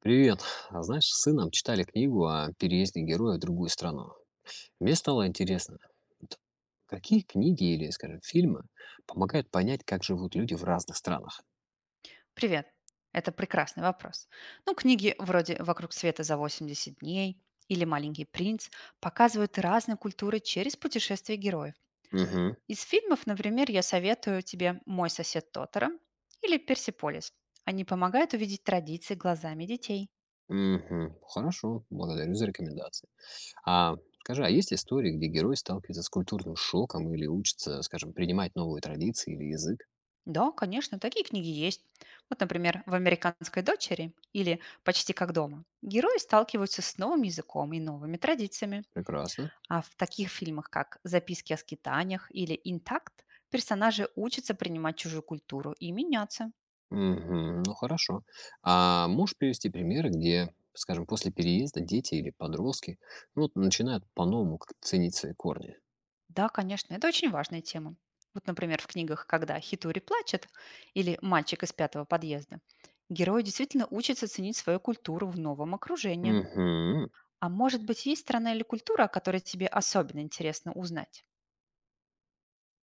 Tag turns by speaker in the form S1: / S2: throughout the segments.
S1: Привет. А знаешь, с сыном читали книгу о переезде героя в другую страну. Мне стало интересно, вот какие книги или, скажем, фильмы помогают понять, как живут люди в разных странах?
S2: Привет. Это прекрасный вопрос. Ну, книги вроде «Вокруг света за 80 дней» или «Маленький принц» показывают разные культуры через путешествия героев.
S1: Угу,
S2: Из фильмов, например, я советую тебе «Мой сосед Тотара» или «Персиполис». Они помогают увидеть традиции глазами детей.
S1: угу. Хорошо, благодарю за рекомендации. А скажи, а есть истории, где герой сталкивается с культурным шоком или учится, скажем, принимать новые традиции или язык?
S2: Да, конечно, такие книги есть. Вот, например, в «Американской дочери» или «Почти как дома» герои сталкиваются с новым языком и новыми традициями.
S1: Прекрасно.
S2: А в таких фильмах, как «Записки о скитаниях» или «Интакт», персонажи учатся принимать чужую культуру и меняться.
S1: Мгм. Ну хорошо. А можешь привести примеры, где, скажем, после переезда дети или подростки ну, вот начинают по-новому как-то ценить свои корни?
S2: Да, конечно, это очень важная тема. Вот, например, в книгах «Когда Хитури плачет» или «Мальчик из пятого подъезда» герои действительно учатся ценить свою культуру в новом окружении.
S1: Мгм.
S2: А может быть, есть страна или культура, о которой тебе особенно интересно узнать?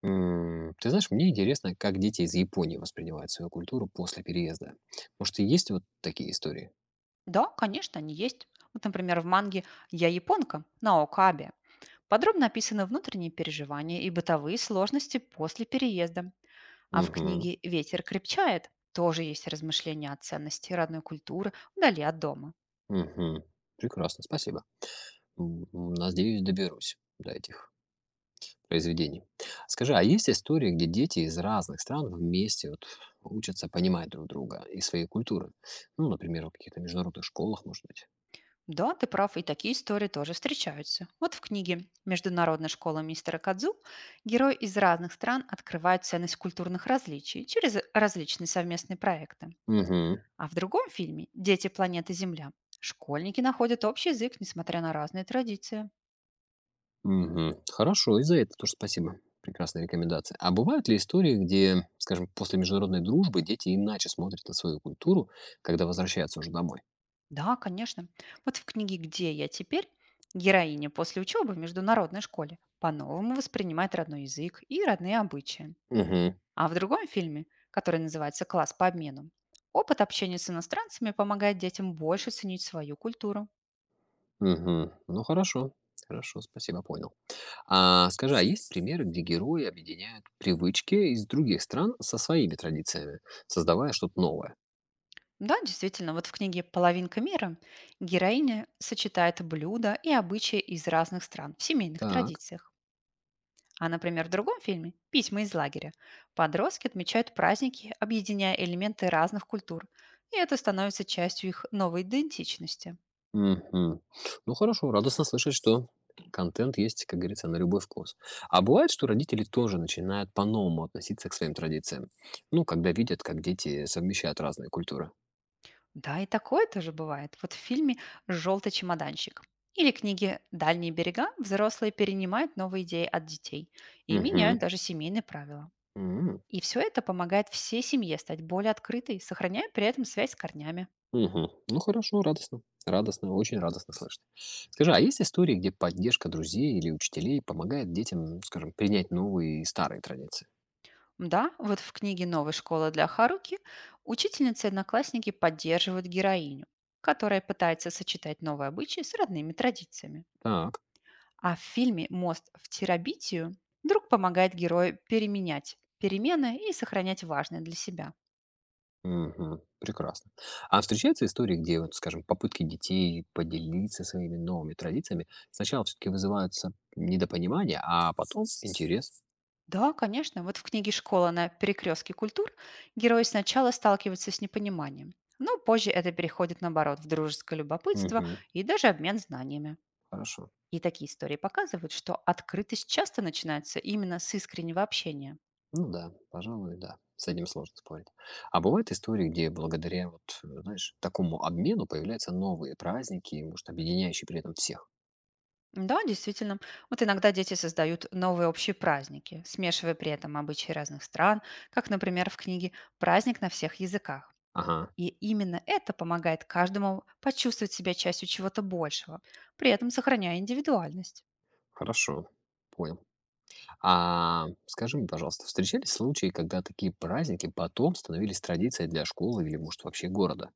S1: Ты знаешь, мне интересно, как дети из Японии воспринимают свою культуру после переезда. Может, и есть вот такие истории?
S2: Да, конечно, они есть. Вот, например, в манге «Я японка» на Окабе. Подробно описаны внутренние переживания и бытовые сложности после переезда. А в
S1: Мгм.
S2: книге «Ветер крепчает» тоже есть размышления о ценности родной культуры вдали от дома.
S1: Мгм. Прекрасно, спасибо. Надеюсь, доберусь до этих произведений. Скажи, а есть истории, где дети из разных стран вместе вот учатся понимать друг друга и свои культуры? Ну, например, в каких-то международных школах, может быть.
S2: Да, ты прав, и такие истории тоже встречаются. Вот в книге «Международная школа мистера Кадзу» герои из разных стран открывают ценность культурных различий через различные совместные проекты.
S1: Угу,
S2: А в другом фильме «Дети планеты Земля» школьники находят общий язык, несмотря на разные традиции.
S1: угу. Хорошо, и за это тоже спасибо. Прекрасная рекомендация. А бывают ли истории, где, скажем, после международной дружбы дети иначе смотрят на свою культуру, когда возвращаются уже домой?
S2: Да, конечно. Вот в книге «Где я теперь» героиня после учебы в международной школе по-новому воспринимает родной язык и родные обычаи.
S1: Угу,
S2: А в другом фильме, который называется «Класс по обмену», опыт общения с иностранцами помогает детям больше ценить свою культуру.
S1: угу. Ну, хорошо, хорошо, спасибо, понял. А скажи, а есть примеры, где герои объединяют привычки из других стран со своими традициями, создавая что-то новое?
S2: Да, действительно, вот в книге «Половинка мира» героиня сочетает блюда и обычаи из разных стран в семейных
S1: Так.
S2: традициях. А, например, в другом фильме «Письма из лагеря» подростки отмечают праздники, объединяя элементы разных культур, и это становится частью их новой идентичности.
S1: Мгм. Ну хорошо, радостно слышать, что контент есть, как говорится, на любой вкус. А бывает, что родители тоже начинают по-новому относиться к своим традициям? Ну, когда видят, как дети совмещают разные культуры.
S2: Да, и такое тоже бывает. Вот в фильме «Желтый чемоданчик» или книге «Дальние берега» взрослые перенимают новые идеи от детей и меняют
S1: Угу.
S2: даже семейные правила. И все это помогает всей семье стать более открытой, сохраняя при этом связь с корнями.
S1: Мгм. Ну хорошо, радостно. Радостно, очень радостно слышать. Скажи, а есть истории, где поддержка друзей или учителей помогает детям, ну, скажем, принять новые и старые традиции?
S2: Да, вот в книге «Новая школа для Харуки» учительницы и одноклассники поддерживают героиню, которая пытается сочетать новые обычаи с родными традициями.
S1: Так,
S2: А в фильме «Мост в Терабитию» друг помогает герою переменять перемены и сохранять важное для себя.
S1: мгм, прекрасно. А встречаются истории, где, вот, скажем, попытки детей поделиться своими новыми традициями сначала все-таки вызываются недопонимание, а потом интерес?
S2: Да, конечно, вот в книге «Школа на перекрестке культур» герой сначала сталкивается с непониманием, но позже это переходит, наоборот, в дружеское любопытство
S1: Мгм,
S2: и даже обмен знаниями.
S1: хорошо.
S2: И такие истории показывают, что открытость часто начинается именно с искреннего общения.
S1: Ну да, пожалуй, да. С этим сложно спорить. А бывают истории, где благодаря вот, знаешь, такому обмену появляются новые праздники, может, объединяющие при этом всех.
S2: Да, действительно. Вот иногда дети создают новые общие праздники, смешивая при этом обычаи разных стран, как, например, в книге «Праздник на всех языках».
S1: Ага,
S2: И именно это помогает каждому почувствовать себя частью чего-то большего, при этом сохраняя индивидуальность.
S1: хорошо, понял. А скажи мне, пожалуйста, встречались случаи, когда такие праздники потом становились традицией для школы или, может, вообще города?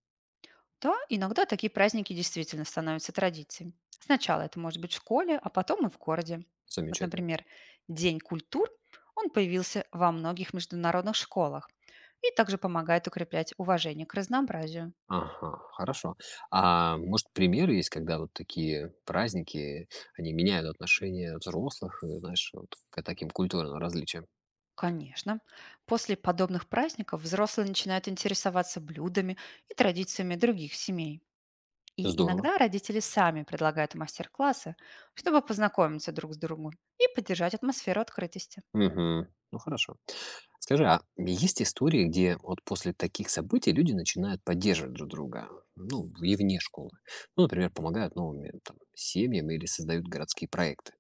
S2: Да, иногда такие праздники действительно становятся традицией. Сначала это может быть в школе, а потом и в городе. Вот,
S1: Замечательно.
S2: например, День культур, он появился во многих международных школах и также помогает укреплять уважение к разнообразию.
S1: Ага, хорошо. А может, примеры есть, когда вот такие праздники, они меняют отношение взрослых, знаешь, вот к таким культурным различиям?
S2: Конечно, после подобных праздников взрослые начинают интересоваться блюдами и традициями других семей. И
S1: Здорово.
S2: иногда родители сами предлагают мастер-классы, чтобы познакомиться друг с другом и поддержать атмосферу открытости.
S1: Мгм. Ну хорошо. Скажи, а есть истории, где вот после таких событий люди начинают поддерживать друг друга, ну, и вне школы? Ну, например, помогают новыми там, семьям или создают городские проекты.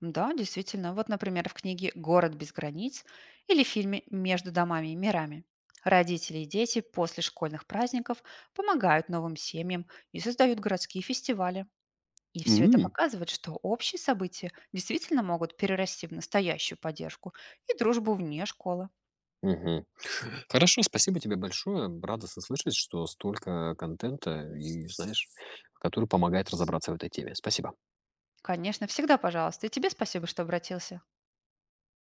S2: Да, действительно. Вот, например, в книге «Город без границ» или в фильме «Между домами и мирами». Родители и дети после школьных праздников помогают новым семьям и создают городские фестивали. И все это
S1: М.
S2: показывает, что общие события действительно могут перерасти в настоящую поддержку и дружбу вне школы.
S1: Мгм. Хорошо, спасибо тебе большое. Радостно слышать, что столько контента и, знаешь, который помогает разобраться в этой теме. Спасибо.
S2: Конечно, всегда пожалуйста. И тебе спасибо, что обратился.